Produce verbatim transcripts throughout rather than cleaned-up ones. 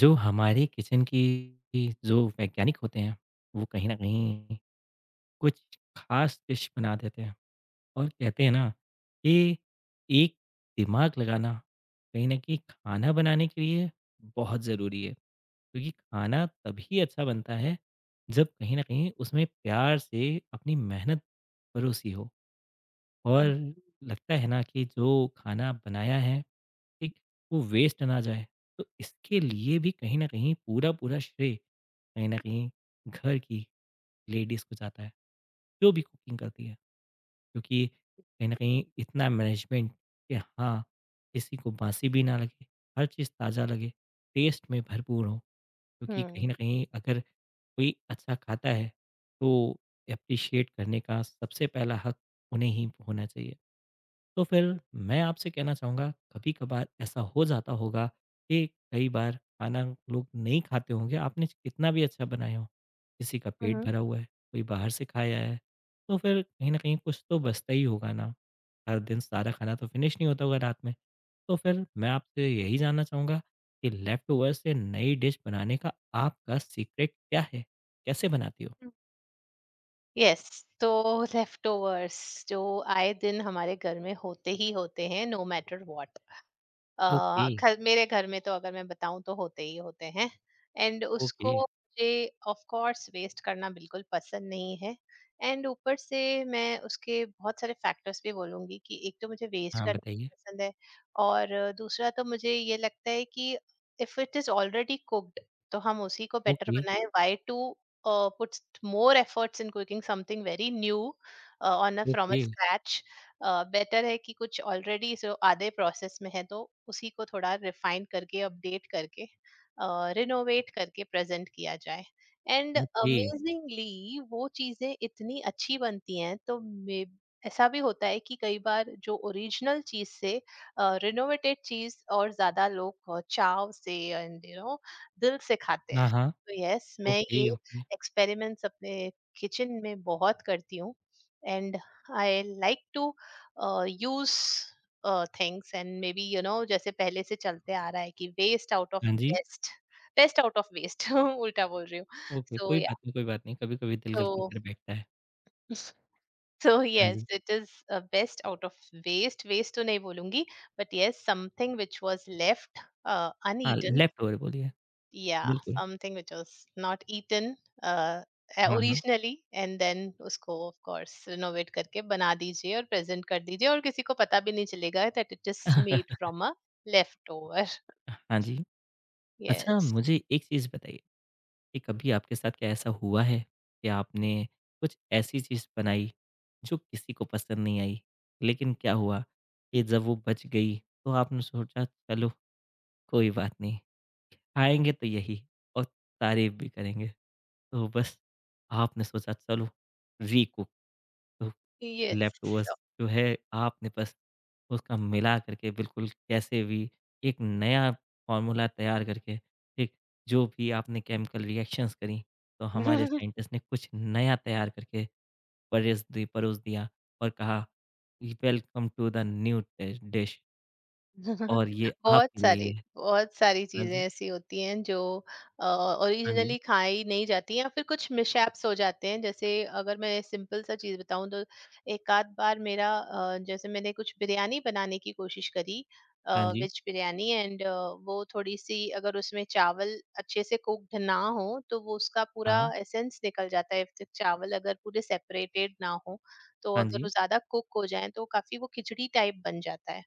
जो हमारे किचन की की जो वैज्ञानिक होते हैं, वो कहीं न कहीं कुछ ख़ास डिश बना देते हैं और कहते हैं ना कि एक दिमाग लगाना कहीं न कहीं खाना बनाने के लिए बहुत ज़रूरी है। क्योंकि खाना तभी अच्छा बनता है जब कहीं न कहीं उसमें प्यार से अपनी मेहनत परोसी हो और हुँ, लगता है ना कि जो खाना बनाया है ठीक, वो वेस्ट ना जाए। तो इसके लिए भी कहीं न कहीं पूरा-पूरा श्रेय कहीं न कहीं घर की लेडीज़ को जाता है, जो भी कुकिंग करती है। क्योंकि कहीं न कहीं इतना मैनेजमेंट कि हाँ, किसी को बासी भी ना लगे, हर चीज़ ताज़ा लगे, टेस्ट में भरपूर हो। क्योंकि कहीं हुँ, न कहीं अगर कोई अच्छा खाता है, तो एप्रिशिएट करने का सबसे पहला हक उन्हें ही होना चाहिए। तो फिर मैं आपसे कहना चाहूँगा कभी कभार ऐसा हो जाता होगा कि कई बार खाना लोग नहीं खाते होंगे आपने कितना भी अच्छा बनाया हो किसी का पेट हुँ, भरा हुआ है कोई बाहर से खाया है तो फिर कहीं ना कहीं कुछ तो बचता ही होगा ना हर दिन सारा खाना तो फिनिश नहीं होता होगा रात में तो फिर मैं आपसे यही जानना चाहूँगा कि लेफ्ट ओवर से नई डिश बनाने का आपका सीक्रेट क्या है कैसे बनाती हो। हुँ। यस, तो लेफ्टओवर्स जो आए दिन हमारे घर में होते ही होते हैं, नो मैटर व्हाट। ओके। अ, घर मेरे घर में तो अगर मैं बताऊँ तो होते ही होते हैं। And okay. उसको मुझे ऑफ कोर्स वेस्ट करना बिल्कुल पसंद नहीं है। एंड ऊपर से मैं उसके बहुत सारे फैक्टर्स भी बोलूँगी कि एक तो मुझे वेस्ट हाँ करना बताइए। पसंद है, और दूसरा तो मुझे ये लगता है कि if it is already cooked तो हम उसी को बेटर ओके। बनाएं, why to puts more efforts in cooking something very new on a from a okay. Scratch. Better है कि कुछ ऑलरेडी जो आधे प्रोसेस में है तो उसी को थोड़ा रिफाइन करके, अपडेट करके, रिनोवेट करके प्रेजेंट किया जाए। And okay. अमेजिंगली वो चीजें इतनी अच्छी बनती हैं तो मे ऐसा भी होता है कि कई बार जो ओरिजिनल चीज से रिनोवेटेड चीज और ज्यादा लोग अ, चाव से एंड यू नो दिल से खाते हाँ, हैं। हाँ। तो यस, मैं ये ओके, ओके। एक्सपेरिमेंट्स अपने किचन में बहुत करती हूँ। And I like to use things and maybe you know जैसे पहले से चलते आ रहा है कि वेस्ट आउट ऑफ हाँ जी। Best, best out of waste उल्टा बोल रही हूँ। ओके, सो कोई बात या नहीं, कोई बात नहीं। कभी-कभी दिल गलती तो कर बैठता है। सो हाँ यस जी। It is best out of waste waste तो नहीं बोलूंगी, but yes, something which was left हाँ, अनईटन लेफ्ट ओवर बोलिए। या बिल्कुल। Something which was not eaten uh हाँ, हाँ। ओरिजिनली, एंड देन उसको ऑफ कोर्स रिनोवेट करके बना दीजिए और प्रेजेंट कर दीजिए और किसी को पता भी नहीं चलेगा that it just made from a leftover. हाँ जी। अच्छा यस, मुझे एक चीज़ बताइए कि कभी आपके साथ क्या ऐसा हुआ है कि आपने कुछ ऐसी चीज़ बनाई जो किसी को पसंद नहीं आई, लेकिन क्या हुआ कि जब वो बच गई तो आपने सोचा चलो कोई बात नहीं, खाएँगे तो यही और तारीफ़ भी करेंगे। तो बस आपने सोचा चलो रीकुक। यस। लैप्टोस जो है, आपने बस उसका मिला करके बिल्कुल कैसे भी एक नया फ़ॉर्मूला तैयार करके, ठीक, जो भी आपने केमिकल रिएक्शंस करी, तो हमारे साइंटिस्ट ने कुछ नया तैयार करके परेस दी परोस दिया और कहा, "वेलकम टू द न्यू डि डिश और ये बहुत आपके लिए ही सारी है।" बहुत सारी हाँ चीजें जी, ऐसी होती हैं जो हाँ जी, ओरिजिनली खाई नहीं जाती या फिर कुछ मिशैप्स हो जाते हैं, जैसे अगर मैं सिंपल सा चीज बताऊं तो एक आध बार मेरा अ, जैसे मैंने कुछ बिरयानी बनाने की कोशिश करी, हाँ जी, वेज बिरयानी, एंड वो थोड़ी सी अगर उसमें चावल अच्छे से कुक्ड ना हो तो वो उसका पूरा हाँ, एसेंस निकल जाता है। फिर चावल अगर पूरे सेपरेटेड ना हो, तो हाँ अगर जी, वो ज्यादा कुक हो जाए तो काफी वो खिचड़ी टाइप बन जाता है।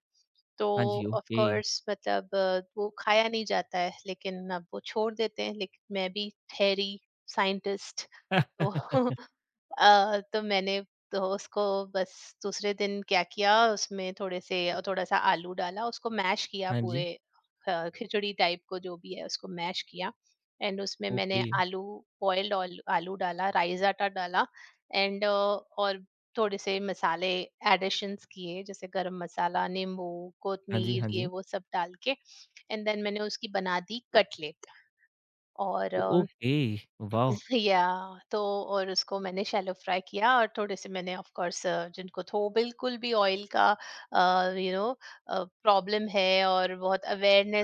तो हाँ जी, ऑफ ओके। कोर्स मतलब अ, वो खाया नहीं जाता है, लेकिन अब वो छोड़ देते हैं, लेकिन मैं भी ठहरी साइंटिस्ट तो अ, तो मैंने तो उसको बस दूसरे दिन क्या किया, उसमें थोड़े से थोड़ा सा आलू डाला, उसको मैश किया हाँ जी, पूरे अ, खिचड़ी टाइप को जो भी है उसको मैश किया। एंड उसमें मैंने ओके, आलू बॉइल्ड आलू आलू डाला, राइस आटा डाला, एंड और थोड़े से मसाले एडिशंस किए, जैसे गरम मसाला, नींबू, हाँ जी, कोतमीर, हाँ ये जी, वो सब डाल के, एंड देन मैंने उसकी बना दी कटलेट, और अ, ओके, वाव! या तो और उसको मैंने शैलो फ्राई किया और थोड़े से मैंने ऑफ कोर्स जिनको थो बिल्कुल भी ऑयल का यू नो प्रॉब्लम है और बहुत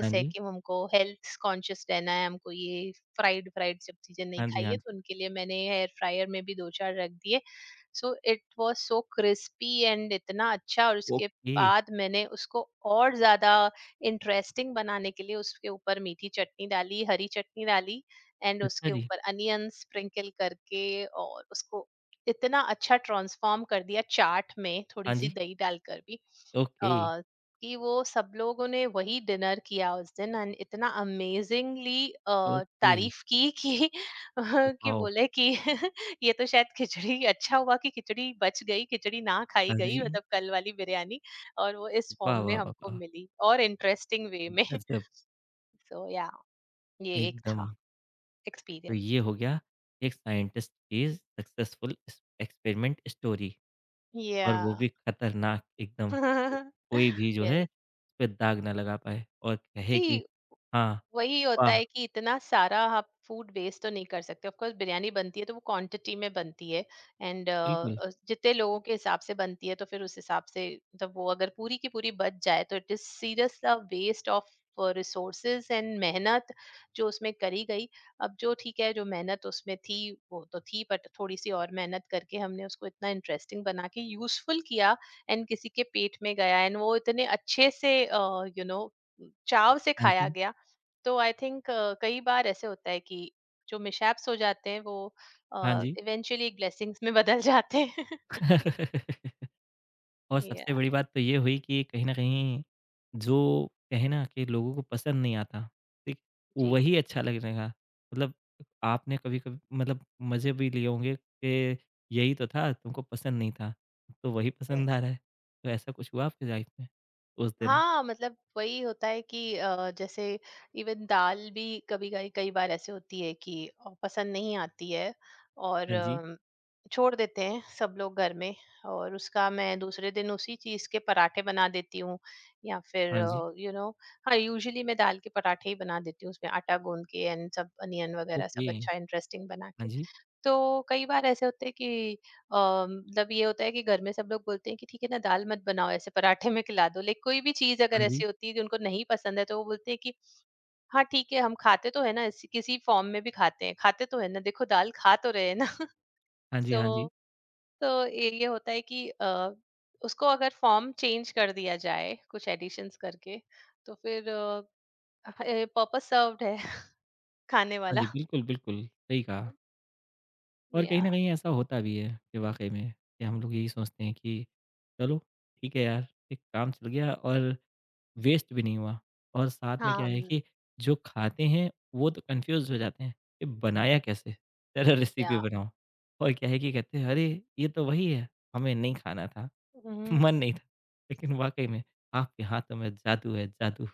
हाँ है जी, कि हमको हेल्थ कॉन्शियस रहना है, हमको ये फ्राइड फ्राइड सब चीजें नहीं हाँ जी, हाँ खाइए, तो जी। उनके लिए मैंने एयर फ्रायर में भी दो चार रख दिए। So it was so crispy and इतना अच्छा, और उसके ओके, बाद मैंने उसको और ज्यादा इंटरेस्टिंग बनाने के लिए उसके ऊपर मीठी चटनी डाली, हरी चटनी डाली, एंड अच्छा उसके जी। ऊपर अनियन स्प्रिंकल करके और उसको इतना अच्छा ट्रांसफॉर्म कर दिया चाट में, थोड़ी हाँ सी जी। दही डालकर भी ओके, अ, कि वो सब लोगों ने वही डिनर किया उस दिन, एंड इतना अमेजिंगली ओके। तारीफ की कि कि वाओ! बोले कि ये तो शायद, खिचड़ी अच्छा हुआ कि खिचड़ी बच गई, खिचड़ी ना खाई हाँ गई जी। मतलब, कल वाली बिरयानी और वो इस वाह, फॉर्म में वाह, वाह, हमको वाह! मिली और इंटरेस्टिंग वे में। गज़ब सो या, ये एक एकदम। था तो एक्सपीरियंस। ये हो गया एक साइंटिस्ट की सक्सेसफुल इस एक्सपेरिमेंट स्टोरी और Yeah. वो भी खतरनाक एकदम। कोई भी जो है Yes. उसपे दाग ना लगा पाए और कहे कि See, हाँ, वही होता वाह! है कि इतना सारा आप फूड वेस्ट तो नहीं कर सकते, ऑफ कोर्स बिरयानी बनती है तो वो क्वांटिटी में बनती है, एंड बिल्कुल। जितने लोगों के हिसाब से बनती है तो फिर उस हिसाब से, मतलब वो अगर पूरी की पूरी बच जाए तो it is serious a waste of resources and मेहनत जो उसमें करी गई। अब जो ठीक है, जो मेहनत उसमें थी वो तो थी, बट थोड़ी सी और मेहनत करके हमने उसको इतना इंटरेस्टिंग बना के यूजफुल किया, एंड किसी के पेट में गया, एंड वो इतने अच्छे से यू नो चाव से हाँ खाया जी, गया। तो आई थिंक कई बार ऐसे होता है कि जो मिसहैप्स हो जाते हैं वो हाँ जी। इवेंचुअली ब्लेसिंग्स में बदल जाते हैं। और या, सबसे बड़ी बात तो ये हुई कि कहीं न कहीं जो कहे ना कि लोगों को पसंद नहीं आता, ठीक? जी, वही अच्छा लगने लगा। मतलब आपने कभी-कभी मतलब मज़े भी लिए होंगे कि यही तो था, तुमको पसंद नहीं था, अब तो वही पसंद आ यस। रहा है। तो ऐसा कुछ हुआ आपकी लाइफ़ में उस दिन? हाँ, मतलब वही होता है कि अ, जैसे इवन दाल भी कभी-कभी कई बार ऐसे होती है कि अ, पसंद नहीं आती है, और हाँ जी, अम, छोड़ देते हैं सब लोग घर में, और उसका मैं दूसरे दिन उसी चीज़ के पराठे बना देती हूँ, या फिर हाँ जी, यू नो हाँ, यूजुअली मैं दाल के पराठे ही बना देती हूँ उसमें आटा गूँध के, एंड सब अनियन वगैरह सब ओके। अच्छा इंटरेस्टिंग बना हाँ के। जी, तो कई बार ऐसे होते हैं कि अ, मतलब ये होता है कि घर में सब लोग बोलते हैं कि ठीक है ना, दाल मत बनाओ, ऐसे पराठे में खिला दो। लाइक कोई भी चीज हाँ अगर जी, ऐसी होती है कि उनको नहीं पसंद है तो वो बोलते हैं कि हाँ ठीक है, हम खाते तो है ना इसी- किसी फॉर्म में भी खाते हैं, खाते तो है ना, देखो दाल खा तो रहे हैं ना। हाँ जी, सो हाँ जी, तो ये ये होता है कि अ, उसको अगर फॉर्म चेंज कर दिया जाए कुछ एडिशंस करके, तो फिर पर्पस सर्व्ड है खाने हाँ वाला। जी, बिल्कुल, बिल्कुल, सही कहा। और कहीं या, न कहीं ऐसा होता भी है कि वाक़ई में कि हम लोग यही सोचते हैं कि चलो ठीक है यार, एक काम चल गया और वेस्ट भी नहीं हुआ। और साथ में क्या है हाँ, कि जो खाते हैं वो तो कन्फ्यूज़ हो जाते हैं कि बनाया कैसे? ज़रा रेसिपी या, बनाओ। और क्या है कि कहते हैं अरे! ये तो वही है, हमें नहीं खाना था, हम्म। मन नहीं था। लेकिन वाक़ई में आपके हाथों में जादू है, जादू।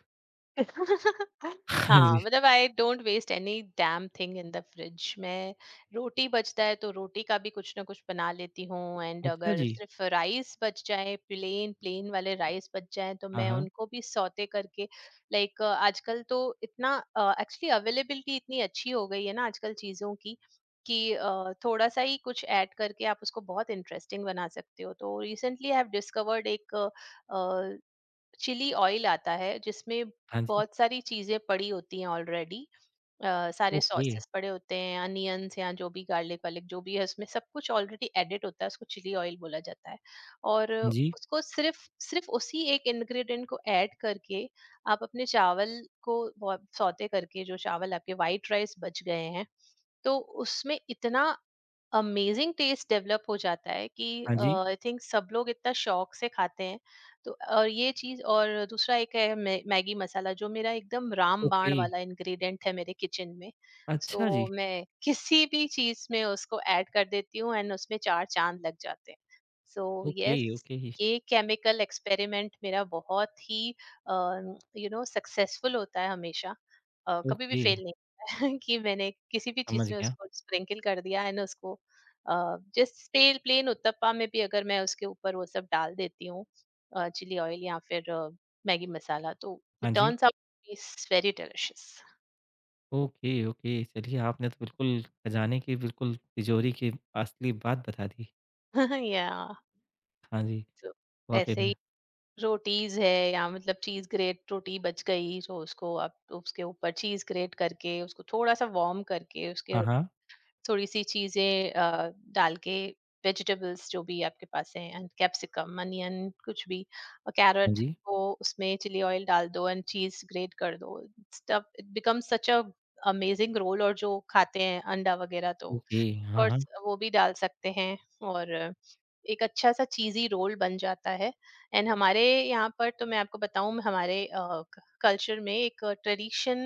हाँ हाँ, जी। मतलब I don't waste any damn thing in the fridge. मैं रोटी बचता है तो रोटी का भी कुछ ना कुछ बना लेती हूँ, एंड अच्छा अगर जी। सिर्फ राइस बच जाए, प्लेन प्लेन वाले राइस बच जाए तो हाँ, मैं हाँ। उनको भी सौते करके। लाइक आजकल तो इतना एक्चुअली अवेलेबिलिटी इतनी अच्छी हो गई है ना आजकल चीज़ों की कि अ, थोड़ा सा ही कुछ ऐड करके आप उसको बहुत इंटरेस्टिंग बना सकते हो। तो रिसेंटली आई हैव डिस्कवर्ड, एक चिली ऑयल आता है जिसमें हाँ जी। बहुत सारी चीजें पड़ी होती हैं ऑलरेडी, सारे ओके। सॉसेस पड़े होते हैं, अनियंस या जो भी गार्लिक वार्लिक जो भी है उसमें, सब कुछ ऑलरेडी एडिट होता है, उसको चिली ऑयल बोला जाता है। और हाँ जी। उसको सिर्फ, सिर्फ उसी एक इंग्रेडिएंट को ऐड करके आप अपने चावल को सौते करके जो चावल आपके वाइट राइस बच गए हैं, तो उसमें इतना अमेजिंग टेस्ट डेवलप हो जाता है कि हाँ जी। आई थिंक सब लोग इतना शौक से खाते हैं। तो और ये चीज, और दूसरा एक है मै- मैगी मसाला, जो मेरा एकदम रामबाण ओके। वाला इंग्रेडिएंट है मेरे किचन में। अच्छा जी। सो so, मैं किसी भी चीज में उसको ऐड कर देती हूँ, एंड उसमें चार चांद लग जाते हैं। So so, okay, yes yes, okay, ये केमिकल एक्सपेरिमेंट मेरा बहुत ही यू नो सक्सेसफुल होता है हमेशा, अ, कभी भी ओके, फेल नहीं कि मैंने किसी भी चीज समझ में गया। उसको स्प्रिंकल कर दिया एंड उसको, जस्ट प्लेन उत्तपा में भी अगर मैं उसके ऊपर वो सब डाल देती हूँ चिली ऑयल या फिर अ, मैगी मसाला, तो हाँ इट जी। Turns out is very delicious. Okay, okay, चलिए आपने तो बिल्कुल खजाने की बिल्कुल तिजोरी की असली बात बता दी। या हाँ जी, तो वाक़ई ऐसे में। ही रोटीज है या मतलब चीज ग्रेट, रोटी बच गई तो उसको आप उसके ऊपर चीज ग्रेट करके उसको थोड़ा सा वार्म करके उसके हाँ, हाँ। थोड़ी सी चीज़ें अ, डाल के, वेजिटेबल्स जो भी आपके पास हैं एंड कैप्सिकम, अनियन, कुछ भी और हाँ कैरेट जी, को उसमें चिली ऑयल डाल दो एंड चीज ग्रेट कर दो, stuff it becomes such a amazing roll. और जो खाते हैं अंडा वगैरह तो ओके, हाँ, हाँ। कोर्स वो भी डाल सकते हैं, और एक अच्छा सा चीज़ी रोल बन जाता है। एंड हमारे यहाँ पर तो मैं आपको बताऊँ हमारे कल्चर में एक ट्रेडिशन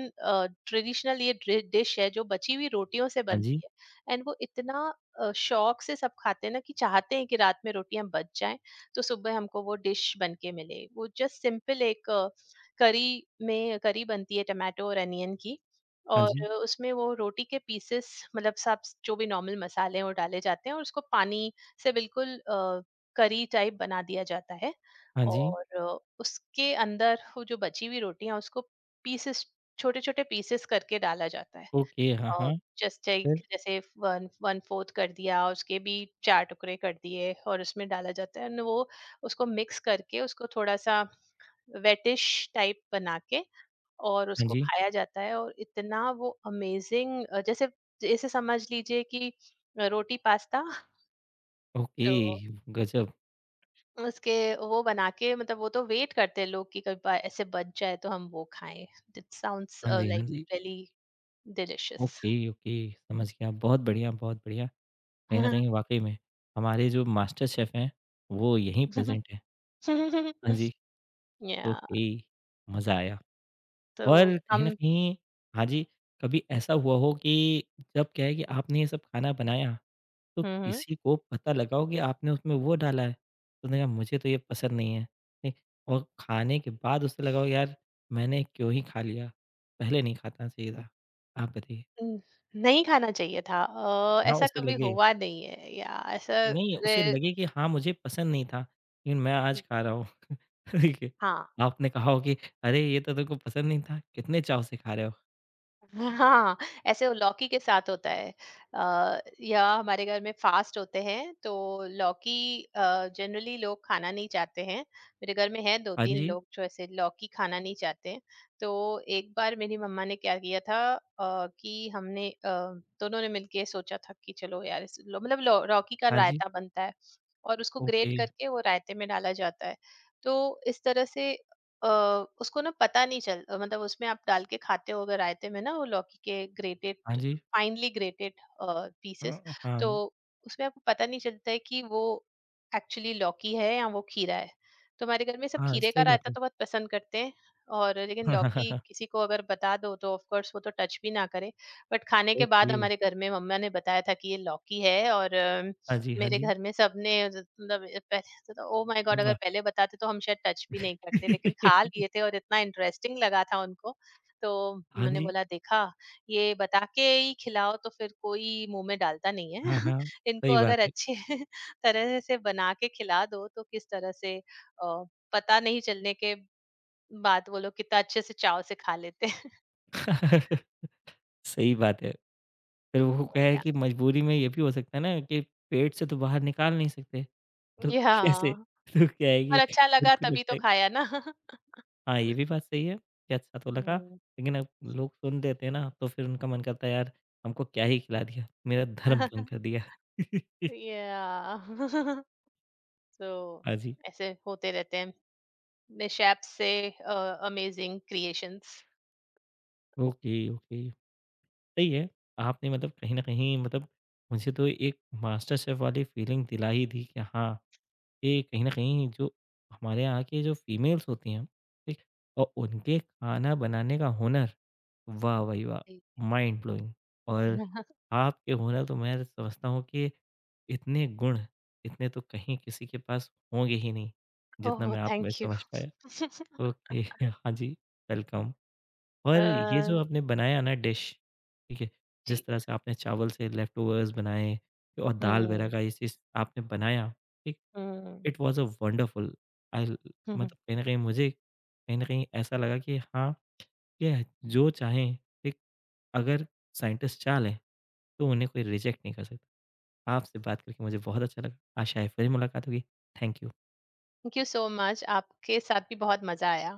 ट्रेडिशनल ये डिश है जो बची हुई रोटियों से हाँ जी, बनती है, एंड वो इतना अ, शौक से सब खाते हैं ना, कि चाहते हैं कि रात में रोटियां बच जाएं तो सुबह हमको वो डिश बन के मिले। वो जस्ट सिंपल एक करी, में करी बनती है टमाटो और अनियन की, हाँ और जी, उसमें वो रोटी के पीसेस, मतलब सब जो भी नॉर्मल मसाले हैं वो डाले जाते हैं और उसको पानी से बिल्कुल अ, करी टाइप बना दिया जाता है, हाँ जी, और अ, उसके अंदर वो जो बची हुई रोटियां उसको पीसेस छोटे छोटे पीसेस करके डाला जाता है, ओके, हाँ, हाँ, जस्ट लाइक फिर? जैसे वन वन फोर्थ कर दिया उसके भी, चार टुकड़े कर दिए और उसमें डाला जाता है and वो उसको मिक्स करके उसको थोड़ा सा वेटिश टाइप बना के और हाँ उसको जी, खाया जाता है और इतना वो अमेजिंग, जैसे जैसे समझ लीजिए कि रोटी पास्ता। ओके, तो गज़ब। उसके वो बना के मतलब वो तो वेट करते हैं लोग कि कभी बा- ऐसे बच जाए तो हम वो खाएं। इट साउंड्स हाँ जी, हाँ लाइक जी, रियली डिलिशियस। ओके, ओके, समझ गया। बहुत बढ़िया, बहुत बढ़िया। कहीं न कहीं वाक़ई में हमारे जो मास्टर शेफ़ हैं, वो यहीं प्रेज़ेंट हैं। हाँ जी, या ओके, मज़ा आया। तो और कहीं न हम कहीं हाँ जी, कभी ऐसा हुआ हो कि जब क्या है कि आपने ये सब खाना बनाया, तो हम्म किसी को पता लगा हो कि आपने उसमें वो डाला है, तो उसने कहा मुझे तो ये पसंद नहीं है, ठीक? और खाने के बाद उसे लगा हो यार मैंने क्यों ही खा लिया, पहले नहीं खाता चाहिए था। आप बताइए? न- नहीं खाना चाहिए था, अ, हाँ, ऐसा उसे कभी लगे हुआ नहीं है या ऐसा नहीं उसे रे- लगे कि हाँ, मुझे पसंद नहीं था, लेकिन मैं आज खा रहा हूँ, ठीक है? हाँ। आपने कहा हो कि अरे! ये तो तेरे को पसंद नहीं था, कितने चाव से खा रहे हो। हाँ, ऐसे वो लौकी के साथ होता है, अ, या हमारे घर में फास्ट होते हैं तो लौकी जनरली लोग खाना नहीं चाहते हैं। मेरे घर में है दो हाँ तीन जी, लोग जो ऐसे लौकी खाना नहीं चाहते हैं। तो एक बार मेरी मम्मा ने क्या किया था अ, कि हमने अ, दोनों ने मिलके सोचा था कि चलो यार, इस लो- मतलब लौ- लौकी का हाँ जी, रायता बनता है, और उसको ओके, ग्रेट करके वो रायते में डाला जाता है। तो इस तरह से अ, उसको ना पता नहीं चल अ, मतलब उसमें आप डाल के खाते हो अगर रायते में ना वो लौकी के हाँ ग्रेटेड जी। फाइनली ग्रेटेड पीसेस, हाँ, तो हाँ, उसमें आपको पता नहीं चलता है कि वो एक्चुअली लौकी है या वो खीरा है। तो हमारे घर में सब हाँ, खीरे का सही बात रायता है। तो बहुत पसंद करते हैं, और लेकिन लौकी किसी को अगर बता दो तो ऑफ कोर्स वो तो टच भी ना करे। बट खाने के बाद ओके, हमारे घर में मम्मा ने बताया था कि ये लौकी है, और हाँ जी, हाँ मेरे जी, घर में सबने ज मतलब अ, पहले तो, ओह माय गॉड! अगर वाह! पहले बताते तो हम शायद टच भी नहीं करते, लेकिन खा लिए थे और इतना इंटरेस्टिंग लगा था उनको, तो हाँ मैंने जी, बोला देखा, ये बता के ही खिलाओ तो फिर कोई मुँह में डालता नहीं है। हाँ, हाँ, इनको सही बात अगर है। अच्छे तरह से बना के खिला दो तो किस तरह से अ, पता नहीं चलने के बाद वो लोग कितना अच्छे से चाव से खा लेते हैं। सही बात है। फिर वो क्या तो है या, कि मजबूरी में ये भी हो सकता है ना कि पेट से तो बाहर निकाल नहीं सकते, तो याह। कैसे? तो क्या है और कि अच्छा लगा उनको तभी तो लगता है खाया ना। हाँ, ये भी बात सही है कि अच्छा तो लगा, हुँ। लेकिन अब लोग सुन देते हैं ना तो फिर उनका मन करता है यार हमको क्या ही खिला दिया, मेरा धर्म भंग कर दिया। याह। तो हाँ जी, ऐसे होते रहते हैं मिशैप से अमेजिंग क्रिएशंस। Okay, okay. सही है। आपने मतलब कहीं न कहीं मतलब मुझे तो एक मास्टर शेफ़ वाली फीलिंग दिला ही दी कि हाँ, ये कहीं न कहीं जो हमारे यहाँ की जो फीमेल्स होती हैं, ठीक? और उनके खाना बनाने का हुनर, वाह भाई वाह! जी। माइंड ब्लोइंग और आपके हुनर तो मैं समझता हूँ कि इतने गुण, इतने तो कहीं किसी के पास होंगे ही नहीं, ओह, जितना मैं आप में थैंक यू। समझ पाया। ओके, हाँ जी, वेलकम। और ये जो आपने बनाया ना डिश, ठीक है? जिस जी, तरह से आपने चावल से लेफ्टओवर्स बनाए और दाल हम्म, वगैरह का ये चीज़ आपने बनाया, ठीक? हम्म। It was a wonderful I ल मतलब कहीं न कहीं मुझे कहीं न कहीं ऐसा लगा कि हाँ, ये जो चाहें, ठीक? अगर साइंटिस्ट चाह लें, तो उन्हें कोई रिजेक्ट नहीं कर सकता। आपसे बात करके मुझे बहुत अच्छा लगा। आशा है फिर मुलाकात होगी। Thank you. Thank you so much, आपके साथ भी बहुत मजा आया।